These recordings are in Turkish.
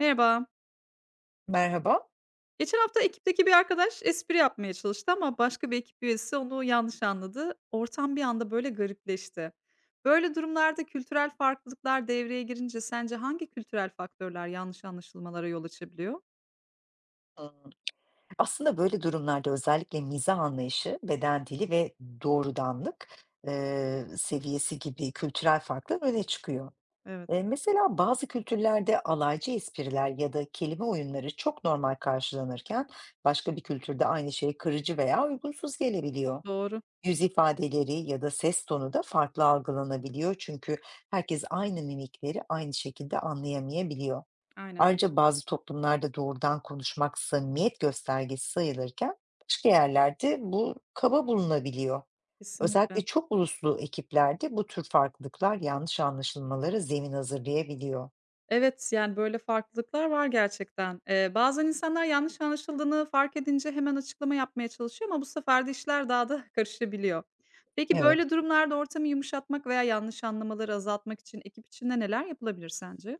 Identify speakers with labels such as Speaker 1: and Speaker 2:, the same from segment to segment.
Speaker 1: Merhaba.
Speaker 2: Merhaba.
Speaker 1: Geçen hafta ekipteki bir arkadaş espri yapmaya çalıştı ama başka bir ekip üyesi onu yanlış anladı. Ortam bir anda böyle garipleşti. Böyle durumlarda kültürel farklılıklar devreye girince sence hangi kültürel faktörler yanlış anlaşılmalara yol açabiliyor?
Speaker 2: Hımm. Aslında böyle durumlarda özellikle mizah anlayışı, beden dili ve doğrudanlık, seviyesi gibi kültürel farklar öne çıkıyor.
Speaker 1: Evet,
Speaker 2: Mesela bazı kültürlerde alaycı espriler ya da kelime oyunları çok normal karşılanırken başka bir kültürde aynı şey kırıcı veya uygunsuz gelebiliyor.
Speaker 1: doğru.
Speaker 2: Yüz ifadeleri ya da ses tonu da farklı algılanabiliyor çünkü herkes aynı mimikleri aynı şekilde anlayamayabiliyor.
Speaker 1: Aynen.
Speaker 2: Ayrıca bazı toplumlarda doğrudan konuşmak samimiyet göstergesi sayılırken başka yerlerde bu kaba bulunabiliyor.
Speaker 1: Kesinlikle.
Speaker 2: Özellikle çok uluslu ekiplerde bu tür farklılıklar yanlış anlaşılmalara zemin hazırlayabiliyor.
Speaker 1: Evet, yani, böyle farklılıklar var gerçekten. Bazen insanlar yanlış anlaşıldığını fark edince hemen açıklama yapmaya çalışıyor ama bu sefer de işler daha da karışabiliyor. Peki,
Speaker 2: Evet.
Speaker 1: böyle durumlarda ortamı yumuşatmak veya yanlış anlamaları azaltmak için ekip içinde neler yapılabilir sence?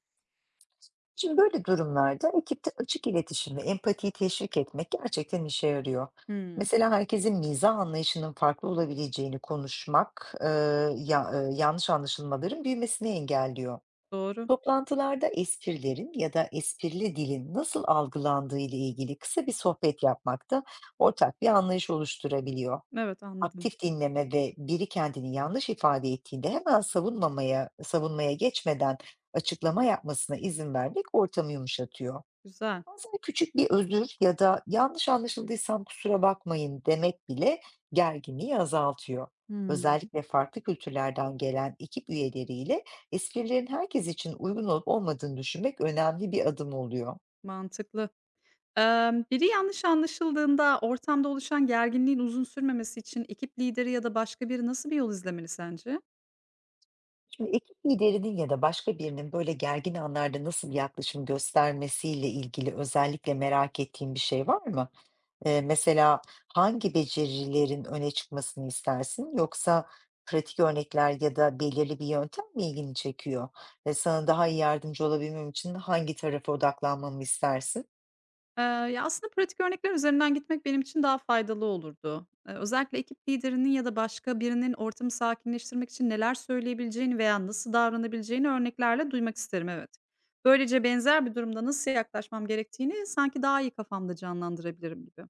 Speaker 2: Şimdi böyle durumlarda ekipte açık iletişim ve empatiyi teşvik etmek gerçekten işe yarıyor.
Speaker 1: Hımm,
Speaker 2: Mesela herkesin mizah anlayışının farklı olabileceğini konuşmak yanlış anlaşılmaların büyümesini engelliyor.
Speaker 1: doğru.
Speaker 2: Toplantılarda esprilerin ya da esprili dilin nasıl algılandığı ile ilgili kısa bir sohbet yapmak da ortak bir anlayış oluşturabiliyor.
Speaker 1: Evet, anladım.
Speaker 2: Aktif dinleme ve biri kendini yanlış ifade ettiğinde hemen savunmaya geçmeden açıklama yapmasına izin vermek ortamı yumuşatıyor.
Speaker 1: Güzel.
Speaker 2: Bazen küçük bir özür ya da "Yanlış anlaşıldıysam kusura bakmayın." demek bile gerginliği azaltıyor.
Speaker 1: Hımm,
Speaker 2: Özellikle farklı kültürlerden gelen ekip üyeleriyle esprilerin herkes için uygun olup olmadığını düşünmek önemli bir adım oluyor.
Speaker 1: mantıklı. Biri yanlış anlaşıldığında ortamda oluşan gerginliğin uzun sürmemesi için ekip lideri ya da başka biri nasıl bir yol izlemeli sence?
Speaker 2: Şimdi ekip liderinin ya da başka birinin böyle gergin anlarda nasıl bir yaklaşım göstermesiyle ilgili özellikle merak ettiğin bir şey var mı? Mesela hangi becerilerin öne çıkmasını istersin? Yoksa pratik örnekler ya da belirli bir yöntem mi ilgini çekiyor? Ve sana daha iyi yardımcı olabilmem için hangi tarafa odaklanmamı istersin?
Speaker 1: Aslında pratik örnekler üzerinden gitmek benim için daha faydalı olurdu. Özellikle ekip liderinin ya da başka birinin ortamı sakinleştirmek için neler söyleyebileceğini veya nasıl davranabileceğini örneklerle duymak isterim, evet. Böylece benzer bir durumda nasıl yaklaşmam gerektiğini sanki daha iyi kafamda canlandırabilirim gibi.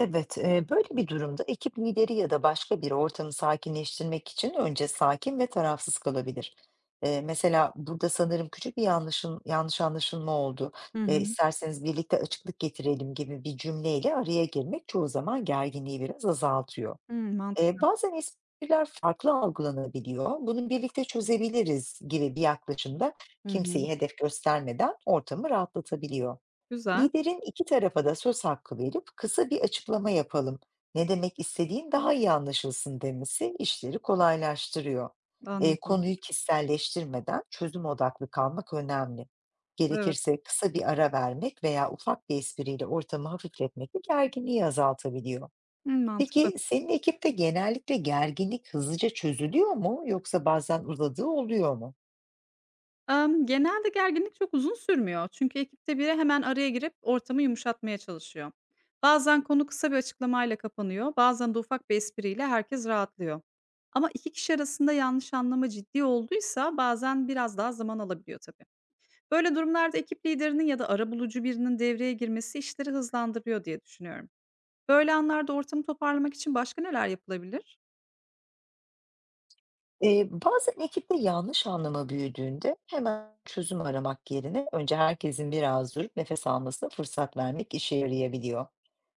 Speaker 2: Evet, böyle bir durumda ekip lideri ya da başka bir ortamı sakinleştirmek için önce sakin ve tarafsız kalabilir. Mesela burada sanırım yanlış anlaşılma oldu.
Speaker 1: Hı hı.
Speaker 2: İsterseniz birlikte açıklık getirelim gibi bir cümleyle araya girmek çoğu zaman gerginliği biraz azaltıyor.
Speaker 1: Hımm, mantıklı.
Speaker 2: Bazen espriler farklı algılanabiliyor. Bunu birlikte çözebiliriz gibi bir yaklaşımda
Speaker 1: Hı hı.
Speaker 2: kimseyi hedef göstermeden ortamı rahatlatabiliyor.
Speaker 1: Güzel,
Speaker 2: Liderin iki tarafa da söz hakkı verip kısa bir açıklama yapalım. Ne demek istediğin daha iyi anlaşılsın demesi işleri kolaylaştırıyor. E,
Speaker 1: anladım.
Speaker 2: konuyu kişiselleştirmeden çözüm odaklı kalmak önemli.
Speaker 1: Evet.
Speaker 2: Gerekirse kısa bir ara vermek veya ufak bir espriyle ortamı hafifletmek de gerginliği azaltabiliyor.
Speaker 1: Hımm, mantıklı.
Speaker 2: Peki senin ekipte genellikle gerginlik hızlıca çözülüyor mu yoksa bazen uzadığı oluyor mu?
Speaker 1: Genelde gerginlik çok uzun sürmüyor. Çünkü ekipte biri hemen araya girip ortamı yumuşatmaya çalışıyor. Bazen konu kısa bir açıklamayla kapanıyor, bazen de ufak bir espriyle herkes rahatlıyor. Ama iki kişi arasında yanlış anlama ciddi olduysa bazen biraz daha zaman alabiliyor tabii. Böyle durumlarda ekip liderinin ya da arabulucu birinin devreye girmesi işleri hızlandırıyor diye düşünüyorum. Böyle anlarda ortamı toparlamak için başka neler yapılabilir?
Speaker 2: Bazen ekipte yanlış anlama büyüdüğünde hemen çözüm aramak yerine önce herkesin biraz durup nefes almasına fırsat vermek işe yarayabiliyor.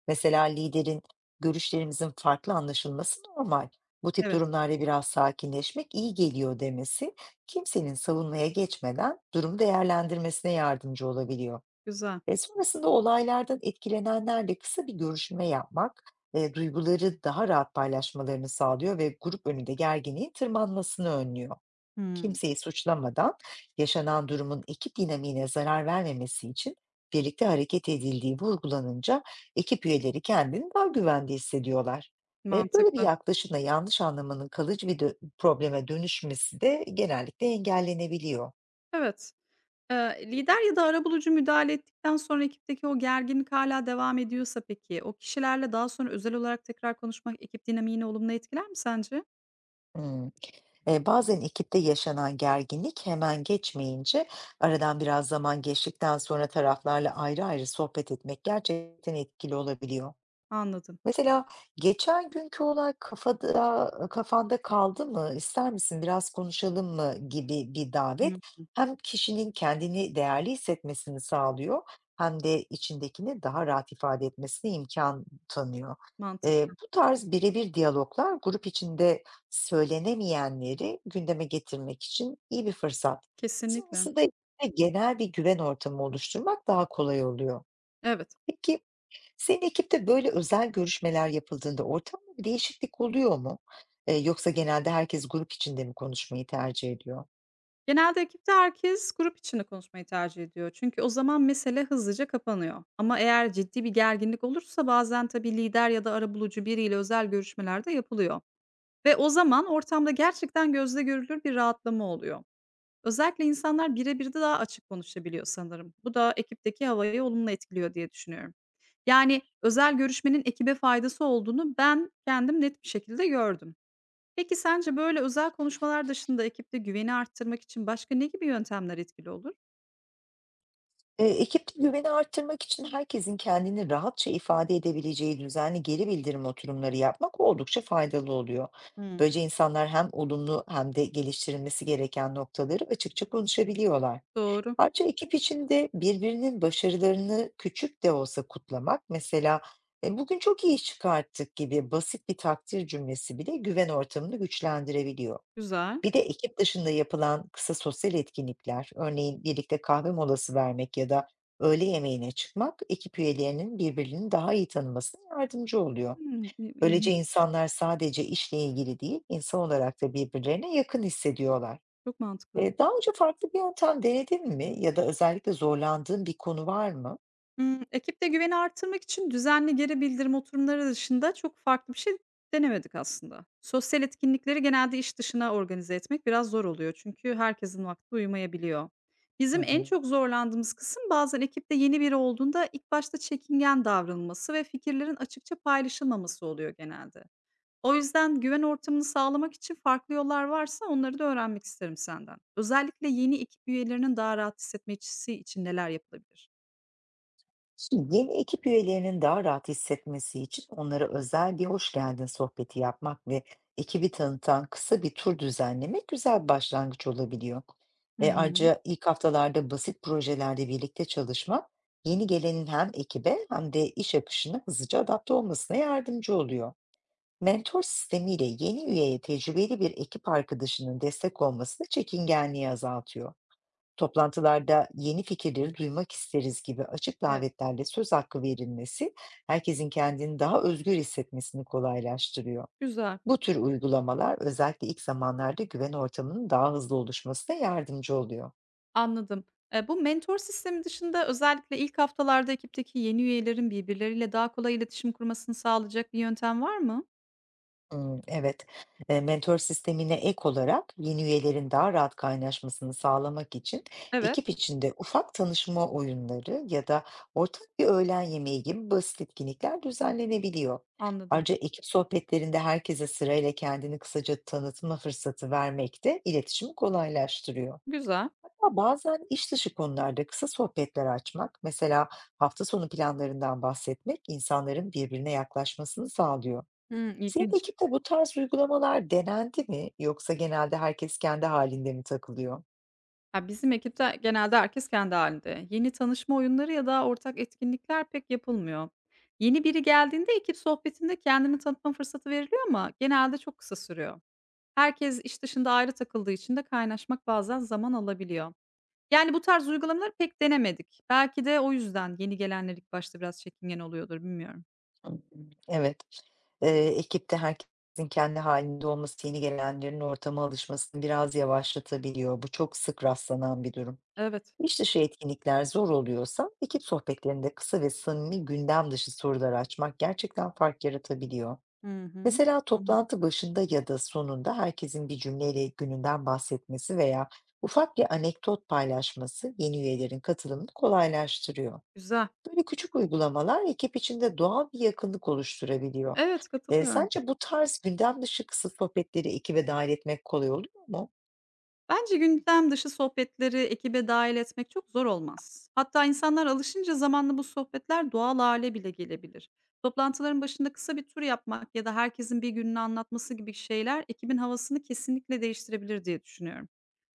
Speaker 2: Mesela liderin görüşlerimizin farklı anlaşılması normal. Bu tip
Speaker 1: Evet,
Speaker 2: durumlarda biraz sakinleşmek iyi geliyor demesi kimsenin savunmaya geçmeden durumu değerlendirmesine yardımcı olabiliyor.
Speaker 1: güzel.
Speaker 2: Sonrasında olaylardan etkilenenlerle kısa bir görüşme yapmak, duyguları daha rahat paylaşmalarını sağlıyor ve grup önünde gerginliğin tırmanmasını önlüyor.
Speaker 1: Hımm,
Speaker 2: Kimseyi suçlamadan yaşanan durumun ekip dinamiğine zarar vermemesi için birlikte hareket edildiği vurgulanınca ekip üyeleri kendini daha güvende hissediyorlar. Böyle bir
Speaker 1: mantıklı.
Speaker 2: yaklaşımla yanlış anlamanın kalıcı bir probleme dönüşmesi de genellikle engellenebiliyor.
Speaker 1: Evet. Lider ya da arabulucu müdahale ettikten sonra ekipteki o gerginlik hala devam ediyorsa peki, o kişilerle daha sonra özel olarak tekrar konuşmak ekip dinamiğini olumlu etkiler mi sence?
Speaker 2: Hımm. Bazen ekipte yaşanan gerginlik hemen geçmeyince, aradan biraz zaman geçtikten sonra taraflarla ayrı ayrı sohbet etmek gerçekten etkili olabiliyor.
Speaker 1: Anladım.
Speaker 2: Mesela geçen günkü olay kafanda kaldı mı, ister misin biraz konuşalım mı gibi bir davet
Speaker 1: Hımm,
Speaker 2: hem kişinin kendini değerli hissetmesini sağlıyor hem de içindekini daha rahat ifade etmesine imkan tanıyor.
Speaker 1: mantıklı.
Speaker 2: Bu tarz birebir diyaloglar grup içinde söylenemeyenleri gündeme getirmek için iyi bir fırsat.
Speaker 1: Kesinlikle.
Speaker 2: Sonrasında ise genel bir güven ortamı oluşturmak daha kolay oluyor.
Speaker 1: Evet.
Speaker 2: Peki senin ekipte böyle özel görüşmeler yapıldığında ortamda bir değişiklik oluyor mu? Yoksa genelde herkes grup içinde mi konuşmayı tercih ediyor?
Speaker 1: Genelde ekipte herkes grup içinde konuşmayı tercih ediyor. Çünkü o zaman mesele hızlıca kapanıyor. Ama eğer ciddi bir gerginlik olursa bazen tabii lider ya da arabulucu biriyle özel görüşmeler de yapılıyor. Ve o zaman ortamda gerçekten gözle görülür bir rahatlama oluyor. Özellikle insanlar birebir de daha açık konuşabiliyor sanırım. Bu da ekipteki havayı olumlu etkiliyor diye düşünüyorum. Yani özel görüşmenin ekibe faydası olduğunu ben kendim net bir şekilde gördüm. Peki sence böyle özel konuşmalar dışında ekipte güveni arttırmak için başka ne gibi yöntemler etkili olur?
Speaker 2: E, ekipte güveni arttırmak için herkesin kendini rahatça ifade edebileceği düzenli geri bildirim oturumları yapmak oldukça faydalı oluyor.
Speaker 1: Hmm,
Speaker 2: Böylece insanlar hem olumlu hem de geliştirilmesi gereken noktaları açıkça konuşabiliyorlar.
Speaker 1: doğru,
Speaker 2: Ayrıca ekip içinde birbirinin başarılarını küçük de olsa kutlamak, mesela "E, bugün çok iyi iş çıkarttık" gibi basit bir takdir cümlesi bile güven ortamını güçlendirebiliyor.
Speaker 1: güzel.
Speaker 2: Bir de ekip dışında yapılan kısa sosyal etkinlikler, örneğin birlikte kahve molası vermek ya da öğle yemeğine çıkmak, ekip üyelerinin birbirini daha iyi tanımasına yardımcı oluyor.
Speaker 1: Hımm,
Speaker 2: Böylece
Speaker 1: ilginçmiş.
Speaker 2: insanlar sadece işle ilgili değil, insan olarak da birbirlerine yakın hissediyorlar.
Speaker 1: Çok mantıklı.
Speaker 2: Daha önce farklı bir yöntem denedin mi ya da özellikle zorlandığın bir konu var mı?
Speaker 1: Ekipte güveni arttırmak için düzenli geri bildirim oturumları dışında çok farklı bir şey denemedik aslında. Sosyal etkinlikleri genelde iş dışına organize etmek biraz zor oluyor çünkü herkesin vakti uyumayabiliyor.
Speaker 2: Hı
Speaker 1: Bizim en
Speaker 2: hı.
Speaker 1: çok zorlandığımız kısım bazen ekipte yeni biri olduğunda ilk başta çekingen davranılması ve fikirlerin açıkça paylaşılmaması oluyor genelde. O yüzden güven ortamını sağlamak için farklı yollar varsa onları da öğrenmek isterim senden. Özellikle yeni ekip üyelerinin daha rahat hissetmesi için neler yapılabilir?
Speaker 2: Şimdi yeni ekip üyelerinin daha rahat hissetmesi için onlara özel bir hoş geldin sohbeti yapmak ve ekibi tanıtan kısa bir tur düzenlemek güzel bir başlangıç olabiliyor.
Speaker 1: Hı
Speaker 2: Ve
Speaker 1: hı.
Speaker 2: ayrıca ilk haftalarda basit projelerde birlikte çalışmak yeni gelenin hem ekibe hem de iş akışına hızlıca adapte olmasına yardımcı oluyor. Mentor sistemiyle yeni üyeye tecrübeli bir ekip arkadaşının destek olması çekingenliği azaltıyor. Toplantılarda yeni fikirleri duymak isteriz gibi açık
Speaker 1: Evet,
Speaker 2: davetlerle söz hakkı verilmesi herkesin kendini daha özgür hissetmesini kolaylaştırıyor.
Speaker 1: güzel.
Speaker 2: Bu tür uygulamalar özellikle ilk zamanlarda güven ortamının daha hızlı oluşmasına yardımcı oluyor.
Speaker 1: Anladım. Bu mentor sistemi dışında özellikle ilk haftalarda ekipteki yeni üyelerin birbirleriyle daha kolay iletişim kurmasını sağlayacak bir yöntem var mı?
Speaker 2: Hımm, evet. Mentor sistemine ek olarak yeni üyelerin daha rahat kaynaşmasını sağlamak için
Speaker 1: Evet,
Speaker 2: ekip içinde ufak tanışma oyunları ya da ortak bir öğlen yemeği gibi basit etkinlikler düzenlenebiliyor.
Speaker 1: anladım.
Speaker 2: Ayrıca ekip sohbetlerinde herkese sırayla kendini kısaca tanıtma fırsatı vermek de iletişimi kolaylaştırıyor.
Speaker 1: Güzel.
Speaker 2: Hatta bazen iş dışı konularda kısa sohbetler açmak, mesela hafta sonu planlarından bahsetmek insanların birbirine yaklaşmasını sağlıyor.
Speaker 1: Hı,
Speaker 2: Senin
Speaker 1: ilginç.
Speaker 2: ekipte bu tarz uygulamalar denendi mi yoksa genelde herkes kendi halinde mi takılıyor?
Speaker 1: Ya, bizim ekipte genelde herkes kendi halinde. Yeni tanışma oyunları ya da ortak etkinlikler pek yapılmıyor. Yeni biri geldiğinde ekip sohbetinde kendini tanıtma fırsatı veriliyor ama genelde çok kısa sürüyor. Herkes iş dışında ayrı takıldığı için de kaynaşmak bazen zaman alabiliyor. Yani bu tarz uygulamaları pek denemedik. Belki de o yüzden yeni gelenler ilk başta biraz çekingen oluyordur, bilmiyorum.
Speaker 2: Anladım. Evet, ekipte herkesin kendi halinde olması yeni gelenlerin ortama alışmasını biraz yavaşlatabiliyor. Bu çok sık rastlanan bir durum.
Speaker 1: Evet.
Speaker 2: İş dışı etkinlikler zor oluyorsa ekip sohbetlerinde kısa ve samimi gündem dışı sorular açmak gerçekten fark yaratabiliyor.
Speaker 1: Hı hı.
Speaker 2: Mesela
Speaker 1: Anladım.
Speaker 2: toplantı başında ya da sonunda herkesin bir cümleyle gününden bahsetmesi veya ufak bir anekdot paylaşması yeni üyelerin katılımını kolaylaştırıyor.
Speaker 1: Güzel.
Speaker 2: Böyle küçük uygulamalar ekip içinde doğal bir yakınlık oluşturabiliyor.
Speaker 1: Evet,
Speaker 2: E,
Speaker 1: katılıyorum.
Speaker 2: sence bu tarz gündem dışı kısa sohbetleri ekibe dahil etmek kolay oluyor mu?
Speaker 1: Bence gündem dışı sohbetleri ekibe dahil etmek çok zor olmaz. Hatta insanlar alışınca zamanla bu sohbetler doğal hale bile gelebilir. Toplantıların başında kısa bir tur yapmak ya da herkesin bir gününü anlatması gibi şeyler ekibin havasını kesinlikle değiştirebilir diye düşünüyorum.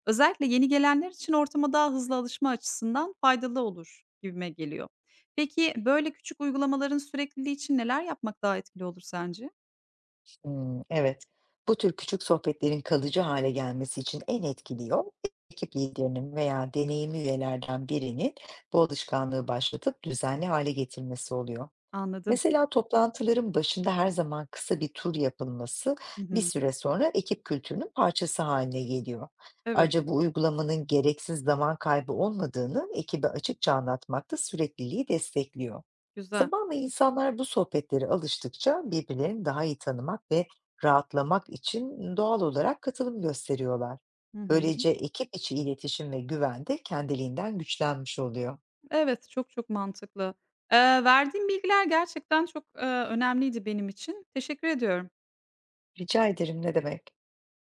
Speaker 1: Özellikle yeni gelenler için ortama daha hızlı alışma açısından faydalı olur gibime geliyor. Peki böyle küçük uygulamaların sürekliliği için neler yapmak daha etkili olur sence?
Speaker 2: Hımm, evet. Bu tür küçük sohbetlerin kalıcı hale gelmesi için en etkili yol, ekip liderinin veya deneyimli üyelerden birinin bu alışkanlığı başlatıp düzenli hale getirmesi oluyor.
Speaker 1: Anladım.
Speaker 2: Mesela toplantıların başında her zaman kısa bir tur yapılması
Speaker 1: Hı
Speaker 2: bir
Speaker 1: hı.
Speaker 2: süre sonra ekip kültürünün parçası haline geliyor.
Speaker 1: Evet,
Speaker 2: Ayrıca bu uygulamanın gereksiz zaman kaybı olmadığını ekibe açıkça anlatmak da sürekliliği destekliyor.
Speaker 1: güzel.
Speaker 2: Zamanla insanlar bu sohbetlere alıştıkça birbirlerini daha iyi tanımak ve rahatlamak için doğal olarak katılım gösteriyorlar.
Speaker 1: Hı hı.
Speaker 2: Böylece ekip içi iletişim ve güven de kendiliğinden güçlenmiş oluyor.
Speaker 1: Evet, çok mantıklı. Verdiğin bilgiler gerçekten çok, önemliydi benim için. Teşekkür ediyorum.
Speaker 2: Rica ederim ne demek?